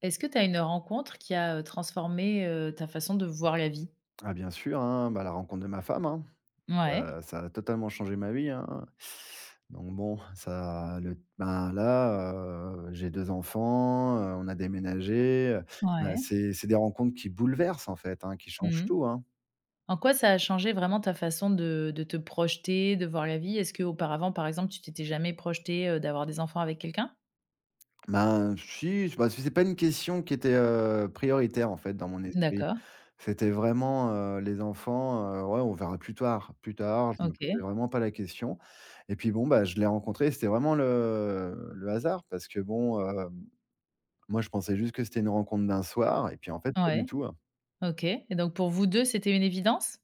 Est-ce que tu as une rencontre qui a, transformé, ta façon de voir la vie? Ah bien sûr, hein, bah, la rencontre de ma femme, hein, Ouais, ça a totalement changé ma vie, hein. Donc bon, ça le ben là, j'ai 2 enfants, on a déménagé, bah, ouais. c'est des rencontres qui bouleversent en fait, hein, qui changent Mmh. tout, hein. En quoi ça a changé vraiment ta façon de te projeter, de voir la vie? Est-ce que auparavant, par exemple, tu t'étais jamais projeté d'avoir des enfants avec quelqu'un? Ben, si, bah, c'est pas une question qui était, prioritaire, en fait, dans mon esprit. D'accord, C'était vraiment, les enfants, ouais, on verra plus tard. Plus tard, je me posais OK, vraiment pas la question et puis, bon, bah, je l'ai rencontré, c'était vraiment le hasard parce que, bon, moi, je pensais juste que c'était une rencontre d'un soir et puis, en fait, pas du ouais, tout, hein. OK, et donc pour vous 2, c'était une évidence?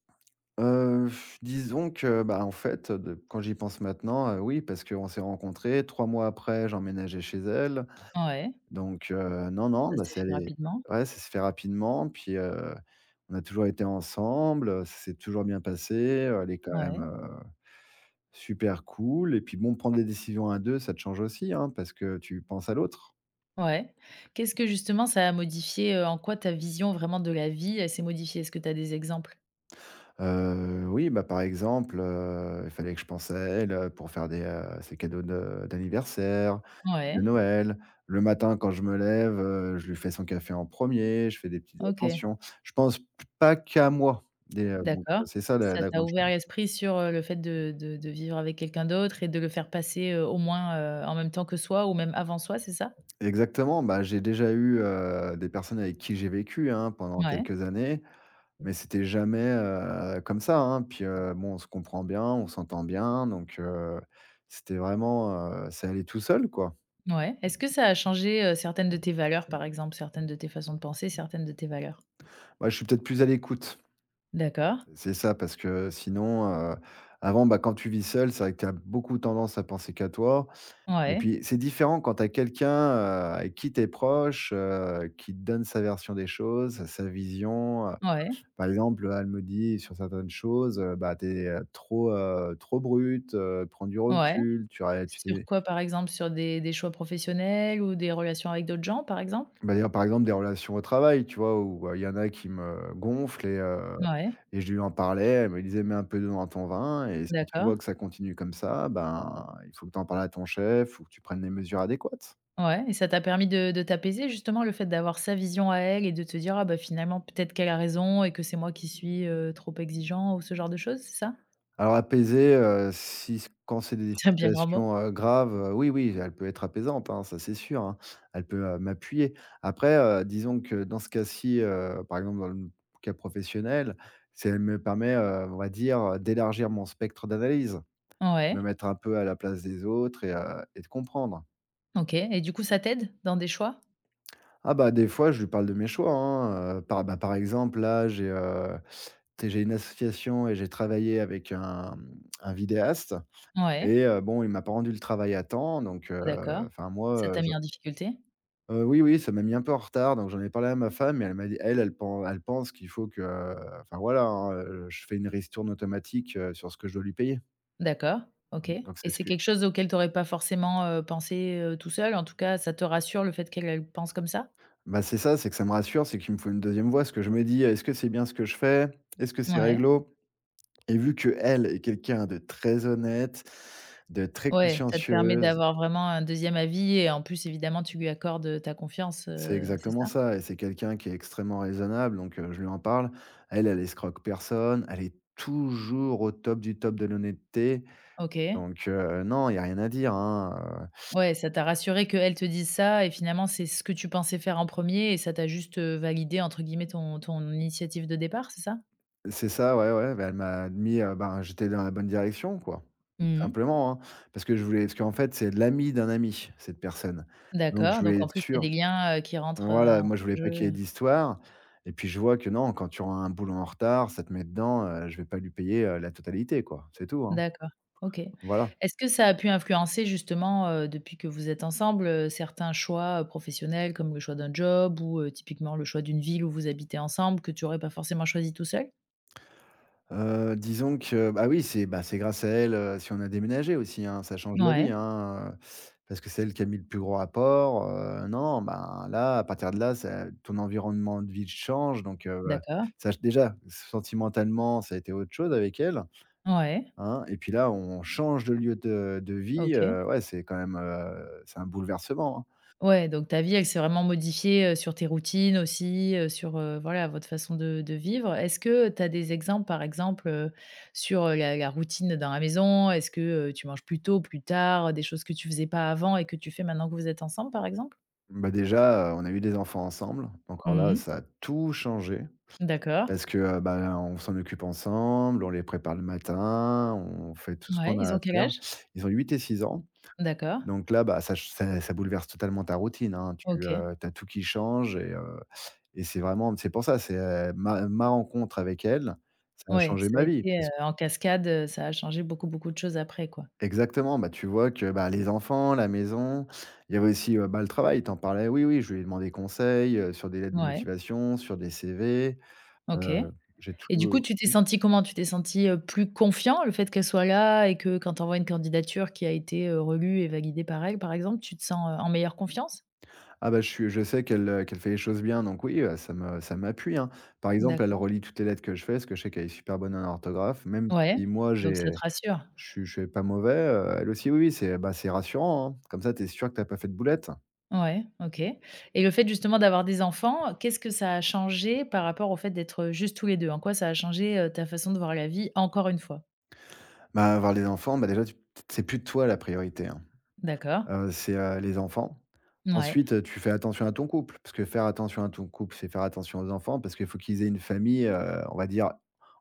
Disons que, bah, en fait, de quand j'y pense maintenant, oui, parce qu'on s'est rencontrés, 3 mois après, j'emménageais chez elle. Ouais, Donc non, non, ça bah, s'est c'est fait allé, rapidement. ouais, ça se fait rapidement, puis, on a toujours été ensemble, ça s'est toujours bien passé, elle est quand même, Ouais, super cool et puis bon, prendre des décisions à deux, ça te change aussi, hein, parce que tu penses à l'autre. ouais. Qu'est-ce que justement ça a modifié, en quoi ta vision vraiment de la vie, elle s'est modifiée? Est-ce que tu as des exemples? Oui, bah, par exemple, il fallait que je pense à elle, pour faire des, ses cadeaux de d'anniversaire, de Ouais, Noël. Le matin quand je me lève, je lui fais son café en premier, je fais des petites OK. attentions. Je pense pas qu'à moi, des, donc D'accord. c'est ça, la Ça la t'a grande chose. ouvert l'esprit sur, le fait de vivre avec quelqu'un d'autre et de le faire passer, au moins, en même temps que soi ou même avant soi, c'est ça? Exactement, bah, j'ai déjà eu, des personnes avec qui j'ai vécu, hein, pendant Ouais, quelques années, mais c'était jamais, comme ça, hein. Puis, bon, on se comprend bien, on s'entend bien, donc c'était vraiment, c'est allé tout seul, quoi. ouais. Est-ce que ça a changé, certaines de tes valeurs, par exemple, certaines de tes façons de penser, certaines de tes valeurs? Ouais, je suis peut-être plus à l'écoute. D'accord. C'est ça, parce que sinon, avant, bah, quand tu vis seul, c'est vrai que tu as beaucoup tendance à penser qu'à toi et Ouais, puis c'est différent quand tu as quelqu'un, avec qui tu es proche, qui te donne sa version des choses, sa vision. Heu. ouais, Par exemple, elle me dit sur certaines choses, «Bah, tu es, trop brute, prends du ouais. recul, tu Sur t'es». quoi, par exemple? Sur des choix professionnels ou des relations avec d'autres gens, par exemple? Bah, d'ailleurs, par exemple, des relations au travail, tu vois? Où, il y en a qui me gonflent et heu Ouais, et je lui en parlais, elle me disait: «Mets un peu d'eau dans ton vin et si tu d'accord. vois que ça continue comme ça, ben, il faut que tu en parles à ton chef, ou que tu prennes les mesures adéquates». Ouais, et ça t'a permis de t'apaiser justement le fait d'avoir sa vision à elle et de te dire: «Ah bah finalement peut-être qu'elle a raison et que c'est moi qui suis, trop exigeant» ou ce genre de choses, c'est ça? Alors apaiser, si c quand c'est des C'est un bien grand mot. situations, graves, oui, oui, elle peut être apaisante, hein, ça c'est sûr, hein. Elle peut, m'appuyer. Après, disons que dans ce cas-ci, par exemple dans le cas professionnel, c'est elle me permet, on va dire, d'élargir mon spectre d'analyse. Me Ouais, mettre un peu à la place des autres et de comprendre. OK, et du coup ça t'aide dans des choix? Ah bah, des fois, je lui parle de mes choix, hein, par bah, par exemple, là, j'ai, tu j'ai une association et j'ai travaillé avec un vidéaste Ouais, et bon, il m'a pas rendu le travail à temps donc d'accord. enfin Ça moi, t'a je mis en difficulté? Oui, oui, ça m'a mis un peu en retard donc j'en ai parlé à ma femme et elle m'a dit elle pense qu'il faut que, enfin voilà, hein, je fais une ristourne automatique, sur ce que je dois lui payer. D'accord, OK, Donc et c'est ce c'est que. quelque chose auquel t'aurais pas forcément, pensé, tout seul? En tout cas, ça te rassure le fait qu'elle pense comme ça? Bah, c'est ça, c'est que ça me rassure, c'est qu'il me faut une deuxième voix, parce que je me dis: «Est-ce que c'est bien ce que je fais? Est-ce que c'est Ouais, réglo?» Et vu que elle est quelqu'un de très honnête, de très ouais, ça te permet consciencieuse. d'avoir vraiment un deuxième avis et en plus évidemment tu lui accordes, ta confiance, C'est c'est exactement ça? ça et c'est quelqu'un qui est extrêmement raisonnable donc je lui en parle. Elle, elle escroque personne, elle est toujours au top du top de l'honnêteté OK. donc non, il y a rien à dire, hein. Ouais, ça t'a rassuré qu'elle te dise ça et finalement, c'est ce que tu pensais faire en premier et ça t'a juste, «validé» entre guillemets ton initiative de départ, c'est ça? C'est ça, ouais, ouais, bah, elle m'a admis. Ben, j'étais dans la bonne direction, quoi. Mmh. Simplement, hein, parce que je voulais, parce qu'en fait, c'est l'ami d'un ami, cette personne. Donc je D'accord, donc voulais en être plus, il y a des sûr, liens, qui rentrent, voilà, en moi, je voulais pas jeu. qu'il y ait d'histoire et puis je vois que non, quand tu auras un boulot en retard, ça te met dedans, je vais pas lui payer, la totalité, quoi. C'est tout, hein. D'accord, OK. Voilà. Est-ce que ça a pu influencer justement, depuis que vous êtes ensemble, certains choix, professionnels comme le choix d'un job ou, typiquement le choix d'une ville où vous habitez ensemble que tu aurais pas forcément choisi tout seul? Disons que bah, oui, c'est bah, c'est grâce à elle, si on a déménagé aussi, hein, ça change la Ouais, vie, hein, parce que c'est elle qui a mis le plus gros apport, non, ben, là, à partir de là, ça ton environnement de vie change donc bah, d'accord, ça ch déjà, sentimentalement, ça a été autre chose avec elle, ouais, hein et puis là, on change de lieu de vie, OK. Ouais, c'est quand même, c'est un bouleversement, hein. Ouais, donc ta vie, elle s'est vraiment modifiée, sur tes routines aussi, sur, voilà, votre façon de vivre. Est-ce que tu as des exemples, par exemple, sur, la routine dans la maison? Est-ce que, tu manges plus tôt, plus tard, des choses que tu faisais pas avant et que tu fais maintenant que vous êtes ensemble, par exemple? Bah, déjà, on a eu des enfants ensemble, encore là, Mmh. ça a tout changé. D'accord. Parce que, bah, on s'en occupe ensemble, on les prépare le matin, on fait tout ce Ouais, qu'on ils a ont à quel faire. âge? Ils ont 8 et 6 ans, D'accord. donc là, bah, ça ch ça ça bouleverse totalement ta routine, hein. Tu, OK. as tout qui change et et c'est vraiment, c'est pour ça, c'est, ma rencontre avec elle, ça a Ouais, changé ça a ma vie été, parce que- en cascade, ça a changé beaucoup, beaucoup de choses après, quoi. Exactement, bah, tu vois que, bah, les enfants, la maison, il y avait aussi, bah, le travail, t'en parlais. Oui, oui, je lui ai demandé conseil, sur des lettres de Ouais, motivation, sur des CV, OK. heu, j'ai Et du coup, tout. tu t'es senti comment? Tu t'es senti, plus confiant, le fait qu'elle soit là et que quand tu envoies une candidature qui a été, relue et validée par elle, par exemple, tu te sens, en meilleure confiance? Ah bah, je sais qu'elle, qu'elle fait les choses bien, donc oui, ça m'appuie, hein. Par exemple, elle D'accord, relit toutes les lettres que je fais, parce que je sais qu'elle est super bonne en orthographe, même ouais, si moi donc j'ai ça te rassure? je suis pas mauvais, elle aussi, oui, oui, c'est, bah, c'est rassurant, hein. Comme ça, tu es sûr que t'as pas fait de boulettes. Ouais, OK, et le fait justement d'avoir des enfants, qu'est-ce que ça a changé par rapport au fait d'être juste tous les deux? En quoi ça a changé, ta façon de voir la vie encore une fois? Bah, avoir les enfants, bah, déjà, tu c'est plus de toi la priorité, hein. D'accord, C'est, les enfants. ouais, Ensuite, tu fais attention à ton couple, parce que faire attention à ton couple, c'est faire attention aux enfants, parce qu'il faut qu'ils aient une famille, on va dire,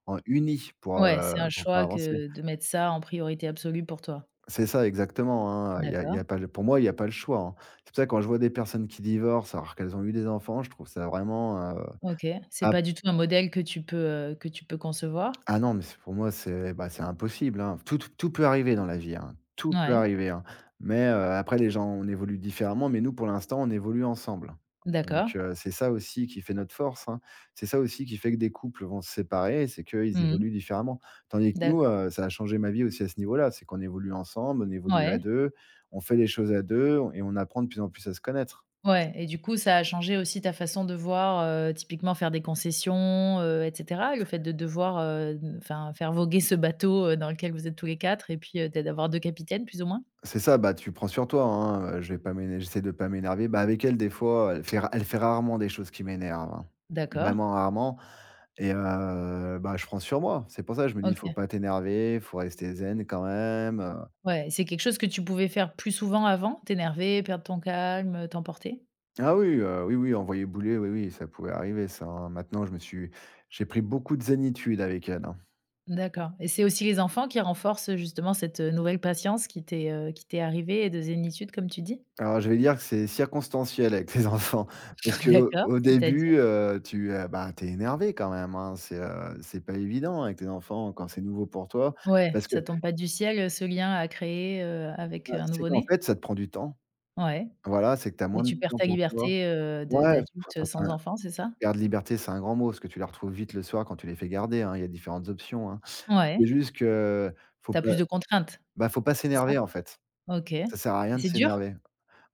en unie ouais, c'est un pour choix pouvoir avancer. que de mettre ça en priorité absolue pour toi. C'est ça, exactement, hein, il y a il y D'accord, a pas le pour moi, il y a pas le choix, hein. C'est pour ça que quand je vois des personnes qui divorcent alors qu'elles ont eu des enfants, je trouve ça vraiment. OK. C'est pas du tout un modèle que tu peux concevoir? Ah non, mais c'est pour moi, c'est bah, c'est impossible, hein. Tout peut arriver dans la vie, hein. Tout peut Ouais, arriver, hein. Mais après les gens, on évolue différemment, mais nous, pour l'instant, on évolue ensemble. Donc d'accord. C'est ça aussi qui fait notre force, hein. C'est ça aussi qui fait que des couples vont se séparer, c'est qu'ils Mmh. évoluent différemment. Tandis que nous, D'accord. Ça a changé ma vie aussi à ce niveau-là, c'est qu'on évolue ensemble, on évolue à Ouais, 2, on fait les choses à 2 et on apprend de plus en plus à se connaître. ouais, et du coup, ça a changé aussi ta façon de voir, typiquement faire des concessions, et cetera? Le fait de devoir, enfin, faire voguer ce bateau, dans lequel vous êtes tous les 4, et puis, d'avoir 2 capitaines plus ou moins? C'est ça, bah, tu prends sur toi, hein, je vais pas m'éner j'essaie de pas m'énerver. Bah, avec elle, des fois, elle fait rarement des choses qui m'énervent, hein, D'accord, vraiment rarement et bah, je prends sur moi. C'est pour ça que je me dis: «Faut OK. pas t'énerver, faut rester zen quand même,» Ouais, c'est quelque chose que tu pouvais faire plus souvent avant? T'énerver, perdre ton calme, t'emporter? Ah oui, oui, oui, envoyer bouler, oui, oui, ça pouvait arriver ça, hein. Maintenant, je me suis j'ai pris beaucoup de zénitude avec elle, hein. D'accord, et c'est aussi les enfants qui renforcent justement cette, nouvelle patience qui t'est arrivée et de zénitude comme tu dis? Alors, je vais dire que c'est circonstanciel avec tes enfants parce qu'au D'accord, au c'est-à-dire? début, bah, tu es énervé quand même, hein. C'est pas évident avec tes enfants quand c'est nouveau pour toi Ouais, parce que, ça tombe pas du ciel, ce lien à créer, avec, bah, un c'est qu'en nouveau-né? fait, ça te prend du temps. Ouais, Voilà, c'est que tu as et moins de tu perds temps ta pour toi. liberté, de Ouais, d'adulte, enfin, c'est sans un enfant, c'est ça? perte de liberté, c'est un grand mot parce que tu les retrouves vite le soir quand tu les fais garder, hein. Il y a différentes options, hein. C'est Ouais. juste que faut Tu as pas, plus de contraintes, bah, faut pas c'est ça? s'énerver, en fait. OK, Ça et sert à rien de c'est dur? s'énerver.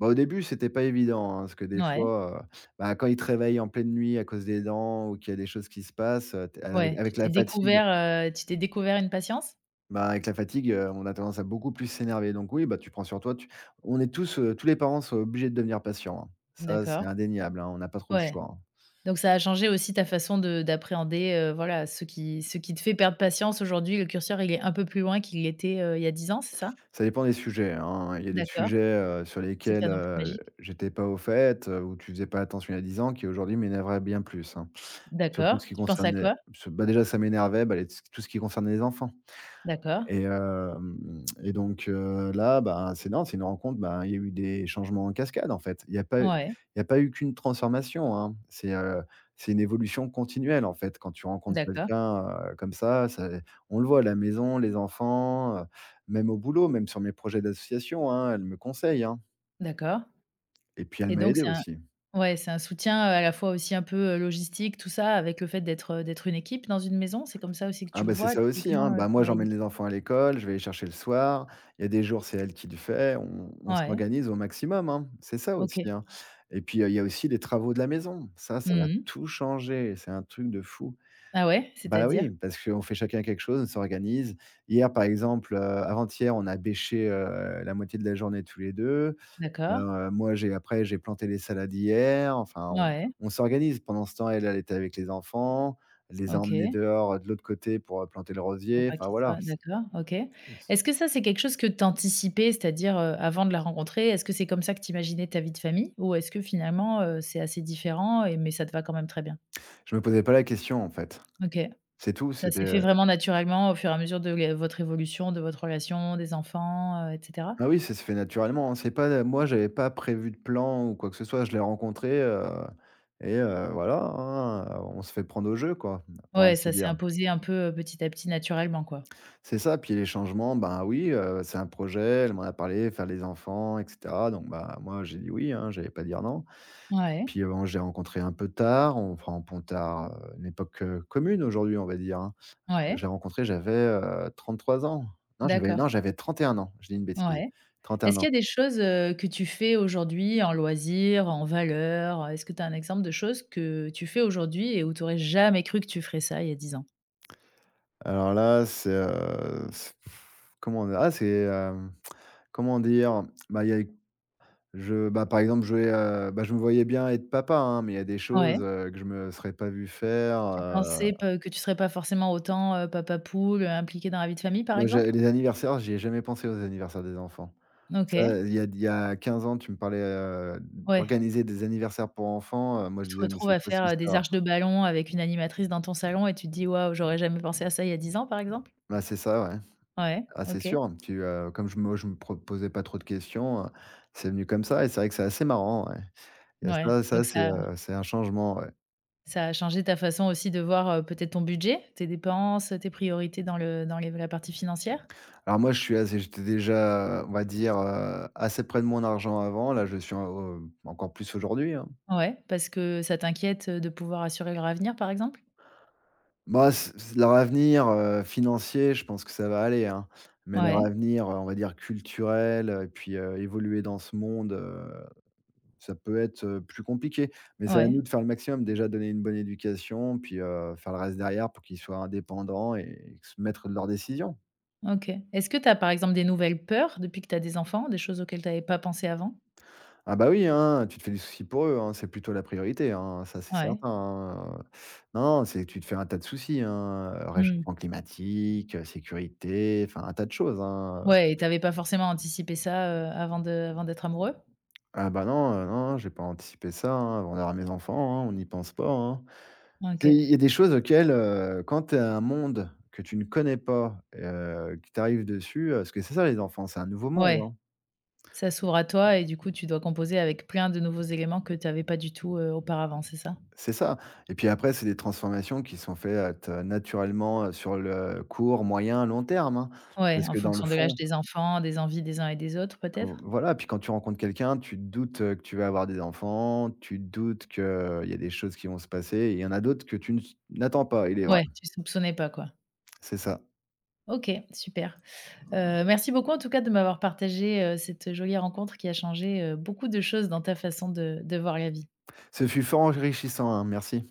Bah, au début, c'était pas évident, hein, parce que des Ouais, fois, bah, quand il te réveille en pleine nuit à cause des dents ou qu'il y a des choses qui se passent, tu es avec ouais. Tu avec t'es la fatigue, découvert, heu, tu t'es découvert une patience? bah, avec la fatigue, on a tendance à beaucoup plus s'énerver. Donc oui, bah, tu prends sur toi, tu on est tous les parents sont obligés de devenir patients, hein. Ça, c'est D'accord, indéniable, hein, on n'a pas trop le ouais. choix, hein. Donc ça a changé aussi ta façon de d'appréhender, voilà, ce qui te fait perdre patience aujourd'hui, le curseur, il est un peu plus loin qu'il l'était, il y a 10 ans, c'est ça? Ça dépend des sujets, hein. Il y a des D'accord, sujets, sur c'est pas lesquels, non plus magique. j'étais pas au fait, ou tu faisais pas attention il y a 10 ans qui aujourd'hui m'énerveraient bien plus, hein. Surtout D'accord, ce qui tu penses à concernait quoi? Déjà ça m'énervait, bah, les tout ce qui concernait les enfants. D'accord, Et donc là, ben, c'est non, c'est une rencontre, ben, il y a eu des changements en cascade, en fait. Il y a pas ouais. il y a pas eu qu'une transformation, hein. C'est une évolution continuelle, en fait, quand tu rencontres D'accord, quelqu'un, comme ça, on le voit à la maison, les enfants, même au boulot, même sur mes projets d'association, hein, elle me conseille, hein, d'accord, et puis elle et m'a donc aidé c'est un aussi. ouais, c'est un soutien, à la fois aussi un peu, logistique, tout ça, avec le fait d'être une équipe dans une maison? C'est comme ça aussi que Ah tu le bah, c'est vois, ça aussi, typiquement, hein. Bah, moi, travail j'emmène les d'équipe? enfants à l'école, je vais les chercher le soir. Il y a des jours, c'est elle qui le fait. On Ouais, s'organise au maximum, hein. C'est ça aussi, OK. hein. Et puis, il y a aussi les travaux de la maison. Ça va Mmh. tout changer. C'est un truc de fou. Ah ouais, Bah, c'est-à-dire? oui, parce qu'on fait chacun quelque chose, on s'organise. Hier, par exemple, avant-hier, on a bêché, la moitié de la journée tous les 2. D'accord. Moi, j'ai planté les salades hier, enfin, on Ouais, on s'organise. Pendant ce temps, elle, elle était avec les enfants. Elle les a emmenés OK, dehors, de l'autre côté pour, planter le pour rosier. pas Enfin qu'il voilà, soit c d'accord, OK. c Est-ce que ça, c'est quelque chose que tu anticipais? C'est-à-dire, avant de la rencontrer, est-ce que c'est comme ça que tu imaginais ta vie de famille? Ou est-ce que finalement, c'est assez différent et mais ça te va quand même très bien? je me posais pas la question, en fait. OK. C'est tout, Ça c'était, s'est fait heu vraiment naturellement au fur et à mesure de la votre évolution, de votre relation, des enfants, et cetera? ah oui, ça se fait naturellement, hein. C'est pas, Moi, j'avais pas prévu de plan ou quoi que ce soit. Je l'ai rencontré. Et voilà, hein, on se fait prendre au jeu, quoi, pour Ouais, ainsi ça s'est dire. imposé un peu, petit à petit naturellement, quoi. C'est ça, puis les changements, ben oui, c'est un projet, elle m'en a parlé, faire les enfants et cetera, donc bah, moi, j'ai dit oui, hein, j'allais pas dire non. Ouais, Puis, on j'ai rencontré un peu tard, on enfin, un pontard, tard, une époque, commune aujourd'hui, on va dire, hein. Ouais, J'avais, 33 ans. Non, j'avais d'accord, non, j'avais 31 ans, je dis une bêtise, ouais. 31 Est-ce ans. qu'il y a des choses, que tu fais aujourd'hui en loisirs, en valeurs? Est-ce que tu as un exemple de choses que tu fais aujourd'hui et où tu aurais jamais cru que tu ferais ça il y a 10 ans? Alors là, c'est comment dire? Ah, comment dire? Bah, il y a je bah, par exemple, je me voyais bien être papa, hein, mais il y a des Ouais, choses, que je me serais pas vu faire, tu pensais pas que tu serais pas forcément autant, papa poule, impliqué dans la vie de famille, par exemple? j'ai les anniversaires, j'y ai jamais pensé aux anniversaires des enfants. OK, Ça, il y a 15 ans, tu me parlais, ouais. d'organiser des anniversaires pour enfants, moi Tu je te disais: «Mais retrouves c'est à quoi cette faire, des histoire?» arches de ballon avec une animatrice dans ton salon et tu te dis: «Waouh, j'aurais jamais pensé à ça il y a 10 ans», par exemple? Bah, c'est ça, ouais. Ouais, Ah, c'est OK. sûr, comme je me pro posais pas trop de questions, c'est venu comme ça et c'est vrai que c'est assez marrant, ouais. Il y a Ouais, ça ça donc ça c'est un changement, ouais. ça a changé ta façon aussi de voir, peut-être ton budget, tes dépenses, tes priorités dans le dans les la partie financière? Alors moi je suis assez j'étais déjà, on va dire, assez près de mon argent avant, là je suis en au encore plus aujourd'hui, hein. Ouais, parce que ça t'inquiète, de pouvoir assurer leur avenir, par exemple? Bah, c c leur avenir, financier, je pense que ça va aller, hein. Mais leur Ouais, avenir, on va dire culturel, et puis, évoluer dans ce monde, ça peut être, plus compliqué. Mais c'est à ouais, nous de faire le maximum. Déjà donner une bonne éducation, puis, faire le reste derrière pour qu'ils soient indépendants et se mettre de leurs décisions. OK. Est-ce que tu as, par exemple, des nouvelles peurs depuis que tu as des enfants, des choses auxquelles tu avais pas pensé avant? Ah bah, oui, hein, tu te fais du souci pour eux, hein, c'est plutôt la priorité, hein, ça c'est Ouais. certain, hein. Non, non, c'est tu te fais un tas de soucis, hein, Mmh. réchauffement climatique, sécurité, enfin un tas de choses, hein. Ouais, et tu avais pas forcément anticipé ça, avant d'être amoureux? Ah bah non, non, j'ai pas anticipé ça, hein, avant d'avoir mes enfants, hein, on n'y pense pas, hein. C'est il OK. y a des choses auxquelles, quand tu es un monde que tu ne connais pas, que tu arrives dessus, parce que c'est ça les enfants, c'est un nouveau monde, Ouais. hein. Ça s'ouvre à toi et du coup, tu dois composer avec plein de nouveaux éléments que tu avais pas du tout, auparavant, c'est ça? C'est ça, et puis après c'est des transformations qui sont faites, naturellement, sur le court, moyen, long terme, hein. Ouais, Parce en que dans le fonction de l'âge fond, des enfants, des envies des uns et des autres, vo peut-être? voilà, puis quand tu rencontres quelqu'un, tu te doutes, que tu vas avoir des enfants, tu te doutes qu'il y a des choses qui vont se passer et il y en a d'autres que tu ne n'attends pas, il est vrai, Ouais, tu soupçonnais pas, quoi. c'est ça. OK, super. Merci beaucoup en tout cas de m'avoir partagé, cette jolie rencontre qui a changé, beaucoup de choses dans ta façon de voir la vie. Ce fut fort enrichissant, hein, merci.